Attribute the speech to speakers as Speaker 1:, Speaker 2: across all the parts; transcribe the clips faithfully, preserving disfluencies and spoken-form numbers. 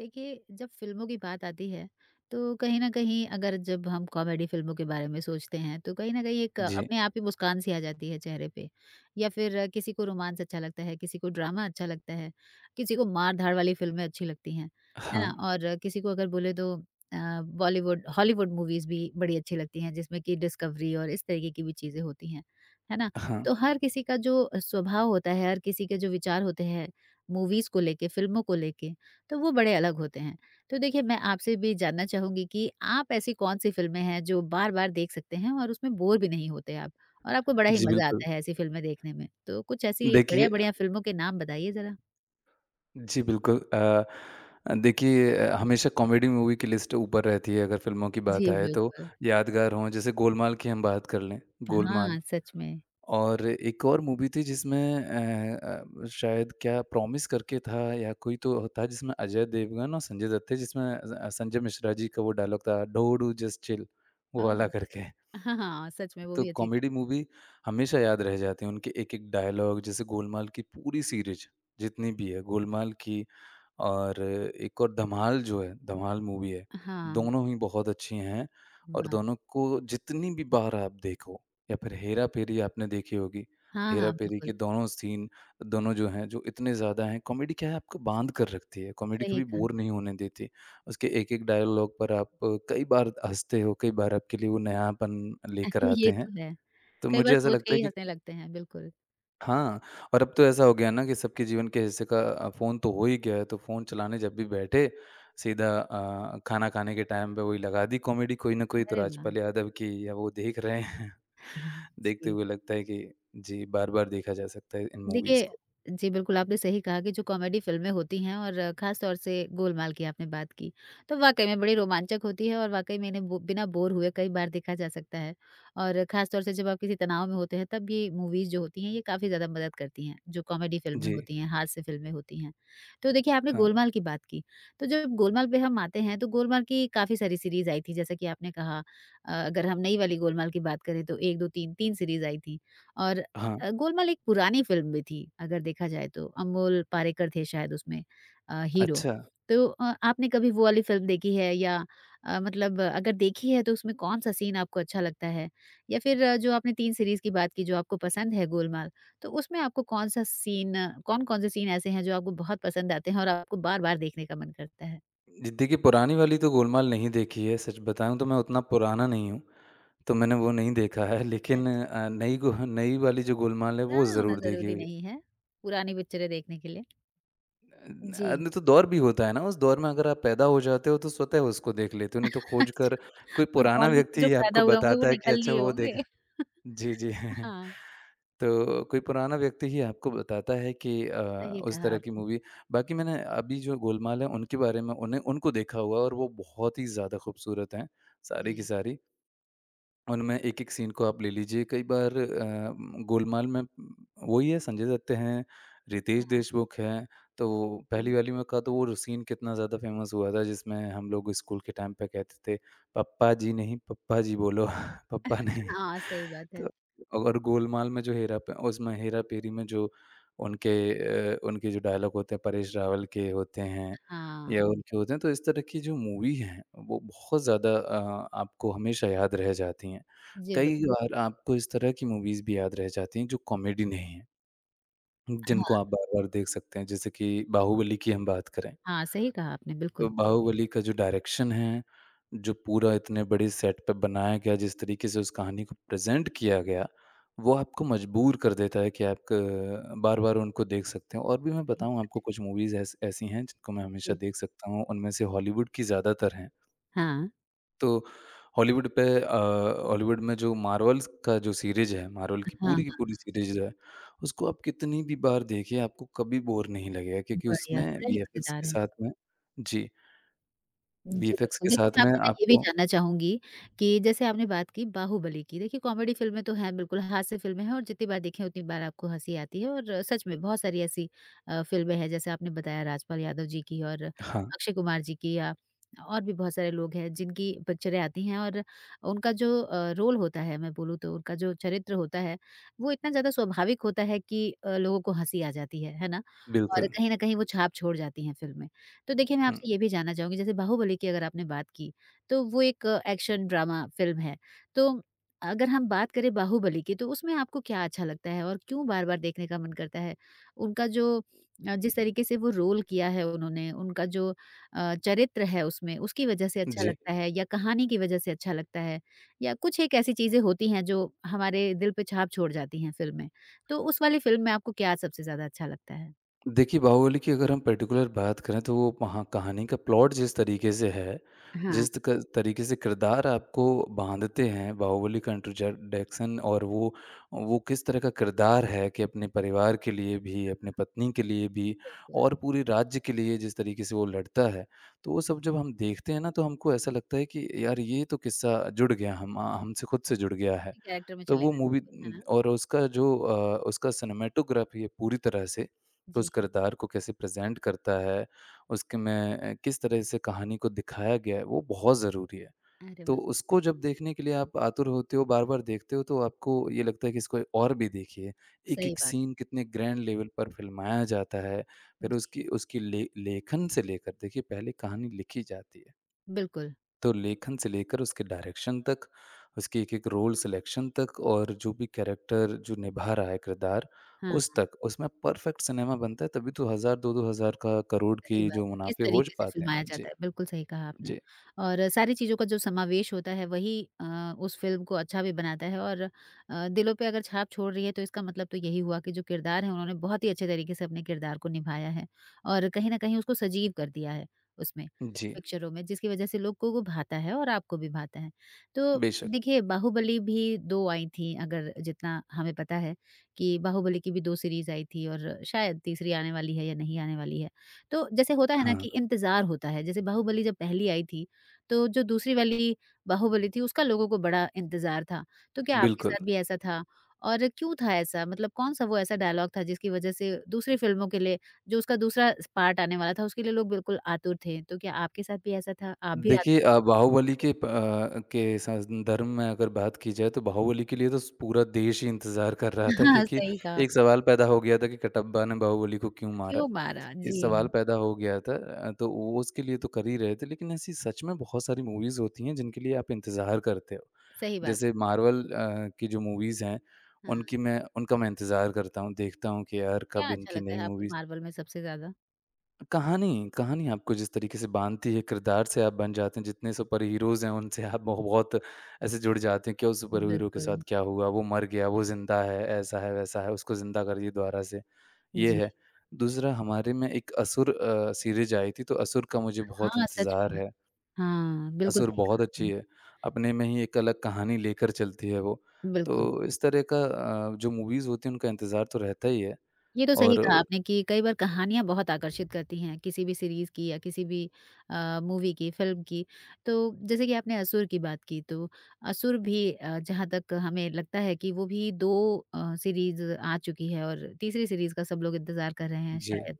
Speaker 1: देखिए, जब फ़िल्मों की बात आती है, तो कहीं न कहीं अगर जब हम कॉमेडी फ़िल्मों के बारे में सोचते हैं, तो कहीं न कहीं एक
Speaker 2: जी,
Speaker 1: अपने आप ही मुस्कान-सी आ जाती है चेहरे पे। या फिर किसी को रोमांस अच्छा लगता है, किसी को ड्रामा अच्छा लगता है, किसी को मार-धाड़ वाली फ़िल्में अच्छी लगती हैं, है ना?
Speaker 2: हाँ,
Speaker 1: और किसी को अगर बोले तो अ, बॉलीवुड हॉलीवुड मूवीज़ भी बड़ी अच्छी लगती हैं, जिसमें कि डिस्कवरी और इस तरीके की भी चीज़ें होती हैं, है ना?
Speaker 2: हाँ।
Speaker 1: तो हर किसी का जो स्वभाव होता है, हर किसी के जो विचार होते हैं मूवीज़ को लेके, फ़िल्मों को लेके तो वो बड़े अलग होते हैं। तो देखिए मैं आपसे भी जानना चाहूँगी कि आप ऐसी कौन-सी फ़िल्में हैं जो बार-बार देख सकते हैं और उसमें बोर भी नहीं होते आप? और आपको बड़ा ही
Speaker 2: जी,
Speaker 1: मज़ा
Speaker 2: बिल्कुल।
Speaker 1: आता है ऐसी फ़िल्में देखने में? तो कुछ ऐसी
Speaker 2: देखिए
Speaker 1: बढ़िया-बढ़िया फ़िल्मों के नाम बताइए ज़रा।
Speaker 2: जी, बिल्कुल अ, देखिए अ, हमेशा कॉमेडी मूवी की लिस्ट ऊपर रहती है अगर फ़िल्मों की बात
Speaker 1: जी,
Speaker 2: आए तो,
Speaker 1: बिल्कुल।
Speaker 2: यादगार हों जैसे गोलमाल की हम बात कर लें, गोलमाल
Speaker 1: हाँ, सच में।
Speaker 2: और एक और मूवी थी जिसमें अ अ, शायद क्या प्रॉमिस करके था या कोई तो था जिसमें अजय देवगन और संजय दत्त थे जिसमें अ, संजय मिश्रा जी का वो डायलॉग था, "ढो डू जस्ट चिल" वो वाला
Speaker 1: ओह!
Speaker 2: करके।
Speaker 1: हाँ, हाँ, सच में वो
Speaker 2: तो
Speaker 1: भी अच्छी थी।
Speaker 2: कॉमेडी मूवी हमेशा याद रह जाती है, उनके एक-एक डायलॉग जैसे गोलमाल की पूरी सीरीज़ जितनी भी है, गोलमाल की और एक और धमाल जो है, धमाल मूवी है,
Speaker 1: हाँ,
Speaker 2: दोनों ही बहुत अच्छी हैं और
Speaker 1: वाह!
Speaker 2: दोनों को जितनी भी बार आप देखो या फिर हेरा-फेरी आपने देखी होगी,
Speaker 1: हाँ, हाँ,
Speaker 2: हेरा-फेरी
Speaker 1: बिल्कुल।
Speaker 2: के दोनों सीन दोनों जो हैं, जो इतने ज़्यादा हैं, कॉमेडी क्या है आपको बाँध कर रखती है, कॉमेडी
Speaker 1: सही
Speaker 2: कभी
Speaker 1: कहा।
Speaker 2: बोर नहीं होने देती। उसके एक-एक डायलॉग पर आप कई बार हँसते हो, कई बार आपके लिए वो नयापन लेकर
Speaker 1: ये
Speaker 2: आते हैं।
Speaker 1: तो है।
Speaker 2: तो
Speaker 1: कई बार
Speaker 2: मुझे ऐसा
Speaker 1: सोच के
Speaker 2: लगता है
Speaker 1: ही
Speaker 2: कि
Speaker 1: हँसने लगते हैं, बिल्कुल।
Speaker 2: हाँ, और अब तो ऐसा हो गया ना कि सबके जीवन के हिस्से का अ, फ़ोन तो हो ही गया है, तो फ़ोन चलाने जब भी बैठे, सीधा अ, खाना खाने के टाइम पे वही लगा दी कॉमेडी कोई ना कोई, तो
Speaker 1: अरे वाह!
Speaker 2: राजपाल यादव की या वो देख रहे हैं। देखते
Speaker 1: जी।
Speaker 2: हुए लगता है कि जी, बार-बार देखा जा सकता है इन मूवीज़
Speaker 1: देखिए,
Speaker 2: को।
Speaker 1: जी बिल्कुल, आपने सही कहा कि जो कॉमेडी फ़िल्में होती हैं और ख़ास तौर से गोलमाल की आपने बात की, तो वाक़ई में बड़ी रोमांचक होती है और वाक़ई में इन्हें बो बिना बोर हुए कई बार देखा जा सकता है और ख़ास तौर से जब आप किसी तनाव में होते हैं, तब ये मूवीज़ जो होती हैं, ये काफ़ी ज़्यादा मदद करती हैं, जो कॉमेडी फ़िल्में
Speaker 2: जी,
Speaker 1: होती हैं, हास्य फ़िल्में होती हैं। तो देखिए, आपने
Speaker 2: हाँ,
Speaker 1: गोलमाल की बात की, तो जब गोलमाल पे हम आते हैं, तो गोलमाल की काफ़ी सारी सीरीज़ आई थी, जैसा कि आपने कहा अ, अगर हम नई वाली गोलमाल की बात करें, तो एक, दो, तीन, तीन सीरीज़ आई थी और
Speaker 2: हाँ।
Speaker 1: अ, गोलमाल एक पुरानी फ़िल्म भी थी, अगर देखा जाए तो। अमोल पालेकर थे शायद उसमें अ, हीरो।
Speaker 2: अच्छा,
Speaker 1: तो अ, आपने कभी वो वाली फ़िल्म देखी है या अ, मतलब अ, अगर देखी है तो उसमें कौन-सा सीन आपको अच्छा लगता है? या फिर अ, जो आपने तीन सीरीज़ की बात की जो आपको पसंद है गोलमाल, तो उसमें आपको कौन-सा सीन कौन-कौन से सीन ऐसे हैं जो आपको बहुत पसंद आते हैं और आपको बार-बार देखने का मन करता है?
Speaker 2: जी देखिए पुरानी वाली तो गोलमाल नहीं देखी है, सच बताऊँ तो मैं उतना पुराना नहीं हूँ, तो मैंने वो नहीं देखा है लेकिन
Speaker 1: अच्छा,
Speaker 2: अ, नई गो नई वाली जो गोलमाल है, वो
Speaker 1: पुराना होना
Speaker 2: ज़रूर देखी
Speaker 1: ज़रूरी
Speaker 2: हुई है।
Speaker 1: नहीं है, पुरानी पिक्चरें देखने के लिए। जी।
Speaker 2: अ, नहीं तो दौर भी होता है ना, उस दौर में अगर आप पैदा हो जाते हो तो स्वतः उसको देख लेते हो, नहीं तो खोज कर
Speaker 1: अच्छा,
Speaker 2: कोई
Speaker 1: उस
Speaker 2: पुराना
Speaker 1: दौर में कुछ
Speaker 2: व्यक्ति
Speaker 1: जो
Speaker 2: ही
Speaker 1: पैदा
Speaker 2: आपको
Speaker 1: हुए होंगे वो
Speaker 2: बताता है कि
Speaker 1: निकल
Speaker 2: अच्छा
Speaker 1: लिए
Speaker 2: वो
Speaker 1: होंगे।
Speaker 2: देखा जी, जी।
Speaker 1: हाँ,
Speaker 2: तो कोई पुराना व्यक्ति ही आपको बताता है कि अ,
Speaker 1: सही
Speaker 2: उस
Speaker 1: कहा
Speaker 2: तरह की
Speaker 1: आपने।
Speaker 2: मूवी बाकी मैंने अभी जो गोलमाल है उनके बारे में उन्हें उनको देखा हुआ है और वो बहुत ही ज़्यादा खूबसूरत हैं, सारी
Speaker 1: जी।
Speaker 2: की सारी। उनमें एक-एक सीन को आप ले लीजिए, कई बार अ, गोलमाल में वही है संजय दत्त हैं, रितेश
Speaker 1: हाँ,
Speaker 2: देशमुख हैं, तो
Speaker 1: जी।
Speaker 2: पहली वाली में का तो वो सीन कितना ज़्यादा फ़ेमस हुआ था जिसमें हम लोग स्कूल के टाइम पे कहते थे, "पप्पा जी नहीं, पप्पा जी बोलो, पप्पा नहीं।"
Speaker 1: हाँ, सही बात है।
Speaker 2: तो और गोलमाल में जो हेरा प उसमें हेरा-फेरी में जो उनके अ, उनके जो डायलॉग होते हैं, परेश रावल के होते हैं
Speaker 1: हाँ,
Speaker 2: या उनके होते हैं, तो इस तरह की जो मूवी हैं, वो बहुत ज़्यादा अ, आपको हमेशा याद रह जाती हैं।
Speaker 1: जी बिल
Speaker 2: कई बार आपको इस तरह की मूवीज़ भी याद रह जाती हैं, जो कॉमेडी नहीं हैं, जिनको
Speaker 1: हाँ,
Speaker 2: आप बार-बार देख सकते हैं। जैसे कि बाहुबली की हम बात करें,
Speaker 1: हाँ, सही कहा आपने
Speaker 2: अ,
Speaker 1: बिल्कुल,
Speaker 2: बाहुबली का जो डायरेक्शन है, जो पूरा इतने बड़े सेट पे बनाया गया, जिस तरीके से उस कहानी को प्रेज़ेंट किया गया, वो आपको मजबूर कर देता है कि आप अ, बार-बार उनको देख सकते हैं और भी मैं
Speaker 1: सही
Speaker 2: बताऊँ
Speaker 1: बात।
Speaker 2: आपको कुछ मूवीज़ ऐस ऐसी हैं जिनको मैं
Speaker 1: जी।
Speaker 2: हमेशा देख सकता हूँ, उनमें से हॉलीवुड की ज़्यादातर हैं।
Speaker 1: हाँ,
Speaker 2: तो हॉलीवुड पे अ, हॉलीवुड में जो मार्वल्स का जो सीरीज़ है, मार्वल की
Speaker 1: हाँ, हाँ,
Speaker 2: पूरी की पूरी सीरीज़ है, उसको आप कितनी भी बार देखिए, आपको कभी बोर नहीं लगेगा क्योंकि
Speaker 1: बढ़िया,
Speaker 2: उसमें
Speaker 1: बड़ा ही
Speaker 2: वीएफएक्स
Speaker 1: मज़ेदार
Speaker 2: के
Speaker 1: है।
Speaker 2: साथ में जी।
Speaker 1: जी,
Speaker 2: वीएफएक्स
Speaker 1: बिल्कुल।
Speaker 2: के
Speaker 1: देखिए,
Speaker 2: साथ
Speaker 1: मैं
Speaker 2: में
Speaker 1: आपसे ना ये भी
Speaker 2: आपको
Speaker 1: जानना चाहूँगी कि जैसे आपने बात की बाहुबली की, देखिए कॉमेडी फ़िल्में तो हैं बिल्कुल, हास्य फ़िल्में हैं और जितनी बार देखें उतनी बार आपको हँसी आती है और सच में बहुत सारी ऐसी अ, फ़िल्में हैं जैसे आपने बताया राजपाल यादव जी की और
Speaker 2: हाँ,
Speaker 1: अक्षय कुमार जी की या और भी बहुत सारे लोग हैं जिनकी पिक्चरें आती हैं और उनका जो अ, रोल होता है मैं बोलूँ तो उनका जो चरित्र होता है, वो इतना ज़्यादा स्वाभाविक होता है कि अ, लोगों को हँसी आ जाती है, है ना? और
Speaker 2: बिल्कुल।
Speaker 1: कहीं न कहीं वो छाप छोड़ जाती हैं फ़िल्में। तो देखिए, मैं
Speaker 2: हुँ,
Speaker 1: आपसे ये भी जानना चाहूँगी जैसे बाहुबली की अगर आपने बात की, तो वो एक एक्शन ड्रामा फ़िल्म है। तो अगर हम बात करें बाहुबली की तो उसमें आपको क्या अच्छा लगता है और क्यों बार-बार देखने का मन करता है? उनका जो अ, जिस तरीके से वो रोल किया है उन्होंने, उनका जो अ, चरित्र है उसमें, उसकी वज़ह से अच्छा
Speaker 2: जी।
Speaker 1: लगता है या कहानी की वज़ह से अच्छा लगता है? या कुछ एक ऐसी चीज़ें होती हैं जो हमारे दिल पे छाप छोड़ जाती हैं फ़िल्म में। तो उस वाली फ़िल्म में आपको क्या सबसे ज़्यादा अच्छा लगता है?
Speaker 2: देखिए, बाहुबली की अगर हम पर्टिकुलर बात करें तो वो वहाँ कहानी का प्लॉट जिस तरीके से है,
Speaker 1: हाँ।
Speaker 2: जिस क तरीके से किरदार आपको बाँधते हैं बाहुबली का इंट्रोडक्शन और वो वो किस तरह का किरदार है कि अपने परिवार के लिए भी, अपने पत्नी के लिए भी
Speaker 1: बिल्कुल।
Speaker 2: और पूरे राज्य के लिए जिस तरीके से वो लड़ता है, तो वो सब जब हम देखते हैं ना तो हमको ऐसा लगता है कि यार ये तो किस्सा जुड़ गया हम हमसे खुद से जुड़ गया है।
Speaker 1: उसी कैरेक्टर में
Speaker 2: तो
Speaker 1: चले
Speaker 2: वो मूवी
Speaker 1: गए, है ना?
Speaker 2: और उसका जो अ, उसका सिनेमैटोग्राफी है पूरी तरह से तो उस
Speaker 1: जी,
Speaker 2: किरदार को कैसे प्रेज़ेंट करता है, उसके में अ, किस तरह से कहानी को दिखाया गया है, वो बहुत ज़रूरी है।
Speaker 1: अरे
Speaker 2: तो
Speaker 1: वाह!
Speaker 2: उसको जब देखने के लिए आप आतुर होते हो, बार-बार देखते हो तो आपको ये लगता है कि इसको और भी देखिए।
Speaker 1: सही
Speaker 2: एक-एक
Speaker 1: बात।
Speaker 2: सीन कितने ग्रैंड लेवल पर फ़िल्माया जाता है, फिर उसकी
Speaker 1: जी,
Speaker 2: उसकी ले लेखन से लेकर देखिए पहले कहानी लिखी जाती है।
Speaker 1: बिल्कुल,
Speaker 2: तो लेखन से लेकर उसके डायरेक्शन तक, उसकी एक-एक रोल सिलेक्शन तक और जो भी कैरेक्टर जो निभा रहा है किरदार,
Speaker 1: हाँ।
Speaker 2: उस तक, उसमें परफेक्ट सिनेमा बनता है तभी तो एक हज़ार दो-दो हज़ार का करोड़
Speaker 1: सही
Speaker 2: के
Speaker 1: बात
Speaker 2: जो
Speaker 1: है, किस
Speaker 2: मुनाफ़े हो ज
Speaker 1: तरीके से
Speaker 2: पाते हैं।
Speaker 1: फ़िल्माया
Speaker 2: जी,
Speaker 1: जाता है, बिल्कुल सही कहा आपने।
Speaker 2: जी,
Speaker 1: और सारी चीज़ों का जो समावेश होता है वही अ, उस फ़िल्म को अच्छा भी बनाता है और अ, दिलों पे अगर छाप छोड़ रही है तो इसका मतलब तो यही हुआ कि जो किरदार है उन्होंने बहुत ही अच्छे तरीके से अपने किरदार को निभाया है और कहीं न कहीं उसको सजीव कर दिया है उसमें,
Speaker 2: जी।
Speaker 1: पिक्चरों में जिसकी वज़ह से लोग को वो भाता है और आपको भी भाता है। तो
Speaker 2: बेशक।
Speaker 1: देखिए बाहुबली भी दो आई थी अगर जितना हमें पता है कि बाहुबली की भी दो सीरीज़ आई थी और शायद तीसरी आने वाली है या नहीं आने वाली है। तो जैसे होता है ना
Speaker 2: हाँ,
Speaker 1: कि इंतज़ार होता है, जैसे बाहुबली जब पहली आई थी, तो जो दूसरी वाली बाहुबली थी उसका लोगों को बड़ा इंतज़ार था। तो क्या आपके
Speaker 2: बिल्कुल।
Speaker 1: साथ भी ऐसा था? और क्यों था ऐसा? मतलब कौन-सा वो ऐसा डायलॉग था जिसकी वज़ह से दूसरी फ़िल्मों के लिए जो उसका दूसरा स पार्ट आने वाला था उसके लिए लोग बिल्कुल आतुर थे। तो क्या आपके साथ भी ऐसा था? आप भी
Speaker 2: देखिए अ,
Speaker 1: आतुर थे?
Speaker 2: बाहुबली के प अ, के संदर्भ में अगर बात की जाए तो बाहुबली के लिए तो स पूरा देश ही इंतज़ार कर रहा था
Speaker 1: हाँ,
Speaker 2: क्योंकि
Speaker 1: सही कहा।
Speaker 2: एक सवाल पैदा हो गया था कि कटप्पा ने बाहुबली को क्यों मारा?
Speaker 1: क्यों मारा?
Speaker 2: ये
Speaker 1: जी,
Speaker 2: सवाल पैदा हो गया था अ, तो वो उसके लिए तो कर ही रहे थे लेकिन ऐसी सच में बहुत सारी मूवीज़ होती हैं जिनके लिए आप इंतज़ार करते हो।
Speaker 1: सही बात
Speaker 2: जैसे
Speaker 1: है।
Speaker 2: मार्वल अ, की जो मूवीज़ हैं
Speaker 1: हाँ,
Speaker 2: उनकी मैं उनका मैं इंतज़ार करता हूँ, देखता हूँ कि यार
Speaker 1: क्या
Speaker 2: कब
Speaker 1: अच्छा
Speaker 2: इनकी
Speaker 1: लगता
Speaker 2: नई
Speaker 1: है आपको
Speaker 2: मूवी
Speaker 1: मार्वल में सबसे ज़्यादा?
Speaker 2: कहानी कहानी आपको जिस तरीके से बाँधती है, किरदार से आप बन जाते हैं, जितने सुपर हीरोज़ हैं उनसे आप बहु बहुत ऐसे जुड़ जाते हैं कि उस सुपर हीरो के साथ
Speaker 1: बिल्कुल,
Speaker 2: क्या हुआ, वो मर गया, वो ज़िंदा है, ऐसा है, वैसा है, उसको ज़िंदा कर दिए दोबारा से, ये
Speaker 1: जी।
Speaker 2: है। दूसरा हमारे में एक असुर अ, सीरीज़ आई थी, तो असुर का मुझे बहुत
Speaker 1: हाँ, सच
Speaker 2: इंतज़ार
Speaker 1: में।
Speaker 2: है,
Speaker 1: हाँ, बिल्कुल
Speaker 2: असुर
Speaker 1: सही कहा
Speaker 2: बहुत अच्छी
Speaker 1: आपने।
Speaker 2: है, अपने में ही एक अलग कहानी लेकर चलती है वो। तो
Speaker 1: बिल्कुल।
Speaker 2: इस तरह का अ, जो मूवीज़ होती हैं उनका इंतज़ार तो रहता ही है
Speaker 1: ये तो सही
Speaker 2: और
Speaker 1: कहा आपने कि कई बार कहानियाँ बहुत आकर्षित करती हैं, किसी भी सीरीज़ की या किसी भी अ, मूवी की, फ़िल्म की। तो जैसे कि आपने असुर की बात की, तो असुर भी अ, जहाँ तक हमें लगता है कि वो भी दो अ, सीरीज़ आ चुकी है और तीसरी सीरीज़ का सब लोग इंतज़ार कर रहे हैं
Speaker 2: जी,
Speaker 1: शायद।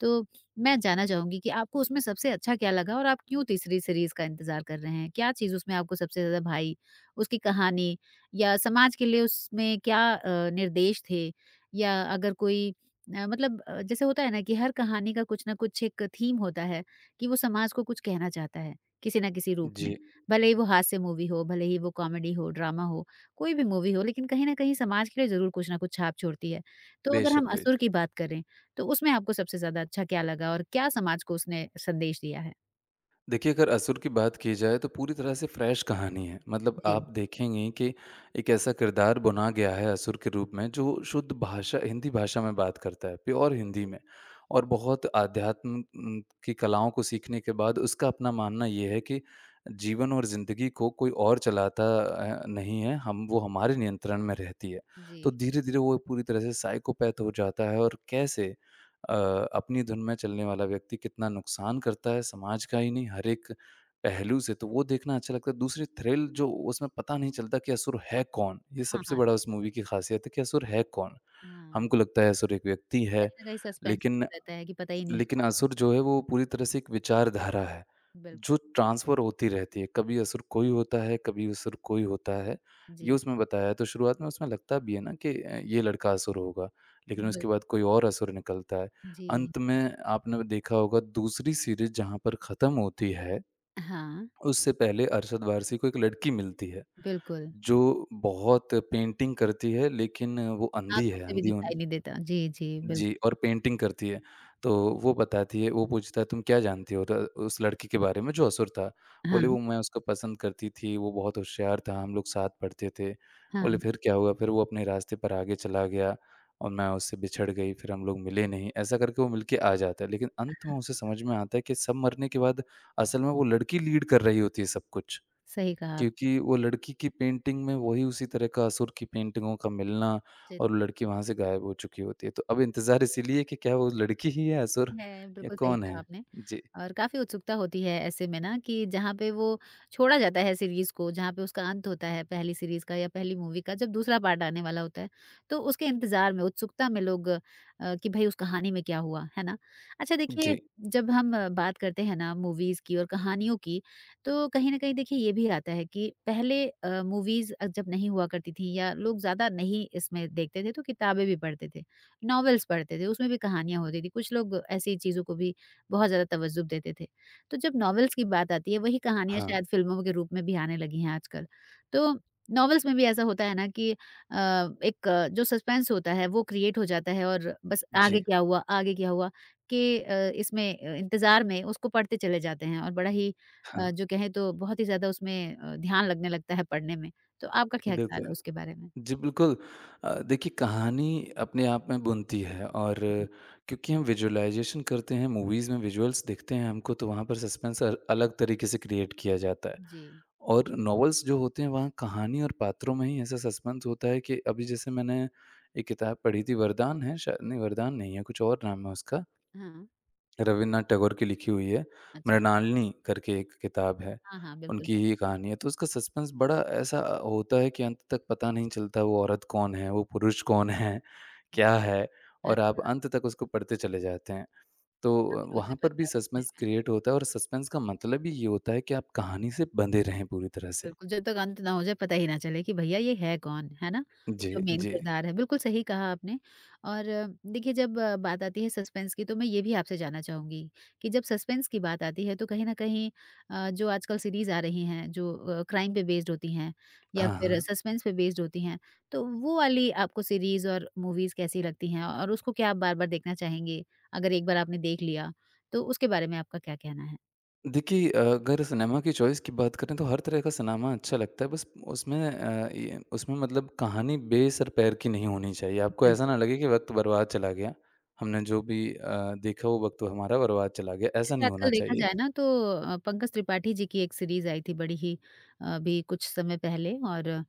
Speaker 1: तो मैं जानना चाहूँगी कि आपको उसमें सबसे अच्छा क्या लगा और आप क्यों तीसरी सीरीज़ का इंतज़ार कर रहे हैं? क्या चीज़ उसमें आपको सबसे ज़्यादा भाई? उसकी कहानी या समाज के लिए उसमें क्या अ, निर्देश थे? या अगर कोई अ, मतलब अ, जैसे होता है ना कि हर कहानी का कुछ ना कुछ एक थीम होता है कि वो समाज को कुछ कहना चाहता है किसी ना किसी रूप में
Speaker 2: जी,
Speaker 1: भले ही वो हास्य मूवी हो भले ही वो कॉमेडी हो ड्रामा हो कोई भी मूवी हो लेकिन कहीं ना कहीं समाज के लिए जरूर कुछ ना कुछ छाप छोड़ती है तो अगर हम
Speaker 2: बेशक,
Speaker 1: असुर
Speaker 2: बेशक।
Speaker 1: की बात करें तो उसमें आपको सबसे ज्यादा अच्छा क्या लगा और क्या समाज को उसने संदेश दिया है।
Speaker 2: देखिए, अगर असुर की बात की जाए तो पूरी तरह से फ्रेश कहानी है। मतलब
Speaker 1: जी।
Speaker 2: आप देखेंगे कि एक ऐसा किरदार बुना गया है असुर के रूप में जो शुद्ध भाषा हिंदी भाषा में बात करता है, प्योर हिंदी में और बहुत आध्यात्म उम, की कलाओं को सीखने के बाद उसका अपना मानना ये है कि जीवन और ज़िंदगी को कोई और चलाता अ, नहीं है, हम वो हमारे नियंत्रण में रहती है।
Speaker 1: जी।
Speaker 2: तो धीरे-धीरे वो पूरी तरह से साइकोपैथ हो जाता है और कैसे अ, अपनी धुन में चलने वाला व्यक्ति कितना नुकसान करता है समाज का ही नहीं हर एक पहलू से तो वो देखना अच्छा लगता है। दूसरी थ्रिल जो उसमें पता नहीं चलता कि असुर है कौन? ये
Speaker 1: हाँ,
Speaker 2: सबसे
Speaker 1: हाँ,
Speaker 2: बड़ा उस
Speaker 1: सच-।
Speaker 2: मूवी की ख़ासियत है कि असुर है कौन?
Speaker 1: हाँ,
Speaker 2: हमको लगता है असुर एक व्यक्ति है,
Speaker 1: कहीं ना कहीं सस्पेंस
Speaker 2: लेकिन
Speaker 1: तो रहता है कि पता ही नहीं
Speaker 2: लेकिन
Speaker 1: कौन।
Speaker 2: असुर जो है वो पूरी तरह से एक विचारधारा है, जो
Speaker 1: बिल्कुल।
Speaker 2: ट्रांसफ़र होती रहती है, कभी असुर कोई होता है, कभी असुर कोई होता है, ये
Speaker 1: जी।
Speaker 2: उसमें बताया है। तो शुरुआत में उसमें लगता भी है ना कि अ, ये लड़का असुर होगा, लेकिन उसके
Speaker 1: बिल्कुल।
Speaker 2: बाद कोई और असुर निकलता है।
Speaker 1: जी।
Speaker 2: अंत में आपने देखा होगा दूसरी सीरीज़ जहाँ पर ख़त्म होती है,
Speaker 1: हाँ,
Speaker 2: उससे पहले अरशद वारसी को एक लड़की मिलती है,
Speaker 1: बिल्कुल,
Speaker 2: जो बहुत पेंटिंग करती है लेकिन वो अंधी
Speaker 1: आँखों
Speaker 2: है,
Speaker 1: से भी
Speaker 2: अंधी होने
Speaker 1: दिखाई नहीं देता। जी, जी, बिल्कुल।
Speaker 2: जी, और पेंटिंग करती है। तो वो बताती है वो पूछता है तुम क्या जानती हो? तो उस लड़की के बारे में जो असुर था।
Speaker 1: हाँ,
Speaker 2: बोली वो मैं उसको पसंद करती थी, वो बहुत होशियार था, हम लोग साथ पढ़ते थे।
Speaker 1: हाँ,
Speaker 2: बोले फिर क्या हुआ? फिर वो अपने रास्ते पर आगे चला गया और मैं उससे बिछड़ गई, फिर हम लोग मिले नहीं। ऐसा करके वो मिलके आ जाता है, लेकिन अंत में उसे समझ में आता है कि सब मरने के बाद असल में वो लड़की लीड कर रही होती है सब कुछ।
Speaker 1: सही कहा आप।
Speaker 2: क्योंकि वो लड़की की पेंटिंग में वही उसी तरह का असुर की पेंटिंगों का मिलना
Speaker 1: जी।
Speaker 2: और वो लड़की वहाँ से गायब हो चुकी होती है। तो अब इंतज़ार इसीलिए कि क्या वो लड़की ही है असुर
Speaker 1: है,
Speaker 2: या
Speaker 1: बिल्कुल सही
Speaker 2: कौन
Speaker 1: कहा
Speaker 2: है?
Speaker 1: आपने।
Speaker 2: जी।
Speaker 1: और काफ़ी उत्सुकता होती है ऐसे में ना कि जहाँ पे वो छोड़ा जाता है सीरीज़ को, जहाँ पे उसका अंत होता है पहली सीरीज़ का या पहली मूवी का, जब दूसरा पार्ट आने वाला होता है, तो उसके इंतज़ार में, उत्सुकता में लोग अ, कि भई उस कहानी में क्या हुआ, है ना? अच्छा देखिए,
Speaker 2: जी।
Speaker 1: जब हम अ, बात करते हैं ना मूवीज़ की और कहानियों की, तो कहीं न कहीं देखिए ये भी आता है कि पहले अ, मूवीज़ अ, जब नहीं हुआ करती थी या लोग ज़्यादा नहीं इसमें देखते थे, तो किताबें भी पढ़ते थे। नॉवेल्स पढ़ते थे, उसमें भी कहानियाँ होती थी, कुछ लोग ऐसी चीज़ों को भी बहुत ज़्यादा तवज्जुह देते थे। तो जब नॉवेल्स की बात आती है, वही कहानियाँ
Speaker 2: हाँ।
Speaker 1: शायद फ़िल्मों के रूप में भी आने लगी हैं आजकल। तो नॉवेल्स में भी ऐसा होता है ना कि अ, एक अ, जो सस्पेंस होता है, वो क्रिएट हो जाता है और बस आगे
Speaker 2: जी।
Speaker 1: क्या हुआ, आगे क्या हुआ के अ, इसमें अ, इंतज़ार में उसको पढ़ते चले जाते हैं और बड़ा ही अ,
Speaker 2: हाँ।
Speaker 1: जो कहें तो बहुत ही ज़्यादा उसमें अ, ध्यान लगने लगता है पढ़ने में। तो आपका क्या ख़्याल है
Speaker 2: बिल्कुल।
Speaker 1: उसके बारे में?
Speaker 2: जी, बिल्कुल। अ, देखिए कहानी अपने आप में बुनती है और
Speaker 1: जी।
Speaker 2: क्योंकि हम विज़ुअलाइज़ेशन करते हैं, मूवीज़ में विज़ुअल्स दिखते हैं हमको तो वहाँ पर सस्पेंस अ, अलग तरीके से क्रिएट किया जाता है।
Speaker 1: जी।
Speaker 2: और नॉवेल्स जो होते हैं वहाँ कहानी और पात्रों में ही ऐसा सस्पेंस होता है कि अभी जैसे मैंने एक किताब पढ़ी थी वरदान है शायद नहीं वरदान नहीं है, कुछ और नाम है उसका।
Speaker 1: हाँ,
Speaker 2: रवीन्द्रनाथ टैगोर की लिखी हुई है,
Speaker 1: अच्छा।
Speaker 2: मृणालिनी करके एक किताब है,
Speaker 1: हाँ, हाँ, बिल्कुल।
Speaker 2: उनकी ही कहानी है। तो उसका सस्पेंस बड़ा ऐसा होता है कि अंत तक पता नहीं चलता वो औरत कौन है, वो पुरुष कौन है, क्या है और आप
Speaker 1: अच्छा,
Speaker 2: अंत तक उसको पढ़ते चले जाते हैं। तो
Speaker 1: काफ़ी
Speaker 2: वहाँ
Speaker 1: रोचक लग
Speaker 2: पर
Speaker 1: रहा
Speaker 2: भी
Speaker 1: है
Speaker 2: सस्पेंस
Speaker 1: सुनने में।
Speaker 2: क्रिएट होता है और सस्पेंस का मतलब ही ये होता है कि आप कहानी से बंधे रहें पूरी तरह से।
Speaker 1: बिल्कुल, जब तक अंत ना हो जाए पता ही ना चले कि भैया ये है कौन, है ना?
Speaker 2: जी,
Speaker 1: जो मेन
Speaker 2: जी।
Speaker 1: किरदार है, बिल्कुल सही कहा आपने। और अ, देखिए जब अ, बात आती है सस्पेंस की तो मैं ये भी आपसे जानना चाहूँगी कि जब सस्पेंस की बात आती है तो कहीं न कहीं अ, जो आजकल सीरीज़ आ रही हैं जो अ, क्राइम पे बेस्ड होती हैं या
Speaker 2: हाँ,
Speaker 1: फिर
Speaker 2: हाँ।
Speaker 1: सस्पेंस पे बेस्ड होती हैं, तो वो वाली आपको सीरीज़ और मूवीज़ कैसी लगती हैं? और उसको क्या आप बार-बार देखना चाहेंगे? अगर एक बार आपने देख लिया, तो उसके बारे में आपका क्या कहना है?
Speaker 2: देखिए अ, अगर सिनेमा की चॉइस की बात करें तो हर तरह का सिनेमा अच्छा लगता है बस उसमें अ, ये उसमें मतलब कहानी बेसर पैर की नहीं होनी चाहिए। आपको
Speaker 1: बिल्कुल,
Speaker 2: ऐसा ना लगे कि वक़्त बर्बाद चला गया। हमने जो भी अ, देखा वो वक़्त हमारा बर्बाद चला गया, ऐसा
Speaker 1: जैसे
Speaker 2: नहीं
Speaker 1: आजकल
Speaker 2: होना
Speaker 1: देखा
Speaker 2: चाहिए।
Speaker 1: जाए ना तो अ, पंकज त्रिपाठी जी की एक सीरीज़ आई थी बड़ी ही अ, अभी कुछ समय पहले और अ,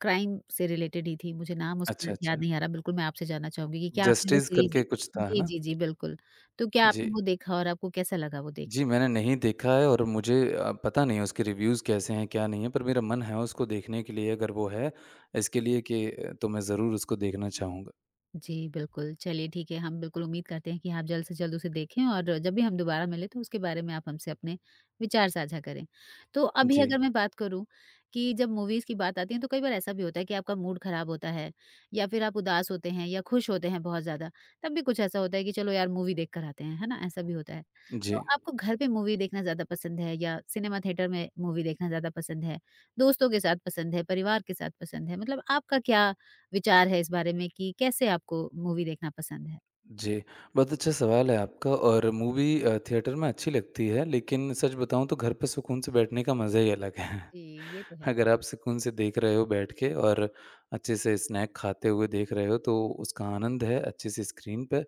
Speaker 1: क्राइम से रिलेटेड ही थी, मुझे नाम उसका
Speaker 2: अच्छा,
Speaker 1: याद
Speaker 2: अच्छा।
Speaker 1: नहीं आ रहा। बिल्कुल मैं आपसे जानना चाहूँगी कि क्या आपने वो
Speaker 2: जस्टिस
Speaker 1: सीरीज़
Speaker 2: करके
Speaker 1: देखी?
Speaker 2: कुछ था, है
Speaker 1: जी,
Speaker 2: ना?
Speaker 1: जी, जी, बिल्कुल। तो क्या
Speaker 2: जी।
Speaker 1: आपने वो देखा और आपको कैसा लगा वो देख।
Speaker 2: जी, मैंने नहीं देखा है और मुझे अ, पता नहीं है उसके रिव्यूज़ कैसे हैं, क्या नहीं है पर मेरा मन है उसको देखने के लिए अगर वो है इसके लिए कि अ, तो मैं ज़रूर उसको देखना चाहूँगा।
Speaker 1: जी, बिल्कुल। चलिए ठीक है, हम बिल्कुल उम्मीद करते हैं कि आप जल्द से जल्द उसे देखें और जब भी हम दोबारा मिलें तो उसके बारे में आप हमसे अपने विचार साझा करें। तो अभी जी। अगर
Speaker 2: जी,
Speaker 1: मैं बात करूँ कि जब मूवीज़ की बात आती है तो कई बार ऐसा भी होता है कि आपका मूड ख़राब होता है या फिर आप उदास होते हैं या खुश होते हैं बहुत ज़्यादा, तब भी कुछ ऐसा होता है कि चलो यार मूवी देख कर आते हैं, है ना? ऐसा भी होता है। तो
Speaker 2: जी।
Speaker 1: आपको घर पे मूवी देखना ज़्यादा पसंद है या सिनेमा थिएटर में मूवी देखना ज़्यादा पसंद है? दोस्तों के साथ पसंद है, परिवार के साथ पसंद है? मतलब आपका क्या विचार है इस बारे में कि कैसे आपको मूवी देखना पसंद है?
Speaker 2: जी, बहुत अच्छा सवाल है आपका और मूवी अ, थिएटर में अच्छी लगती है, लेकिन सच बताऊँ तो घर पे सुकून से बैठने का मज़ा ही अलग है।
Speaker 1: जी, ये तो है।
Speaker 2: अगर आप सुकून से देख रहे हो बैठ के और अच्छे से स्नैक खाते हुए देख रहे हो, तो उसका आनंद है अच्छे से स्क्रीन पे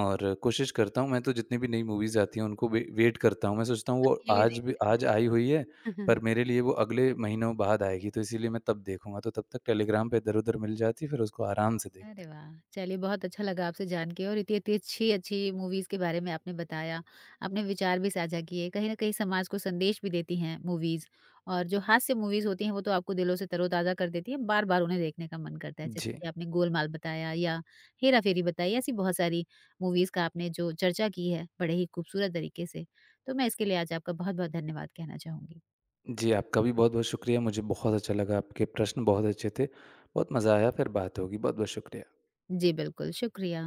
Speaker 2: और कोशिश करता हूँ मैं तो जितनी भी नई मूवीज़ आती हैं, उनको वे वेट करता हूँ। मैं सोचता हूँ वो
Speaker 1: अकेले
Speaker 2: आज भी
Speaker 1: देख।
Speaker 2: आज आई हुई है, पर मेरे लिए वो अगले महीनों बाद आएगी, तो इसीलिए मैं तब देखूँगा, तो तब तक टेलीग्राम पे इधर-उधर मिल जाती है, फिर उसको आराम से
Speaker 1: अरे
Speaker 2: देखते हैं।
Speaker 1: वाह! चलिए बहुत अच्छा लगा आपसे जान के और इतनी-इतनी अच्छी-अच्छी मूवीज़ के बारे में आपने बताया। आपने विचार भी साझा किए, कहीं न कहीं समाज को संदेश भी देती हैं मूवीज़ और जो हास्य मूवीज़ होती हैं वो तो आपको दिलों से तरोताज़ा कर देती हैं, बार-बार उन्हें देखने का मन करता है। जैसे
Speaker 2: जी।
Speaker 1: कि आपने गोलमाल बताया या हेरा-फेरी बताई, ऐसी बहुत सारी मूवीज़ का आपने जो चर्चा की है बड़े ही खूबसूरत तरीके से। तो मैं इसके लिए आज आपका बहुत-बहुत धन्यवाद कहना चाहूँगी।
Speaker 2: जी, आपका भी बहुत-बहुत शुक्रिया। मुझे बहुत अच्छा लगा, आपके प्रश्न बहुत अच्छे थे। बहुत मज़ा आया, फिर बात होगी। बहुत-बहुत शुक्रिया।
Speaker 1: जी बिल्कुल, शुक्रिया।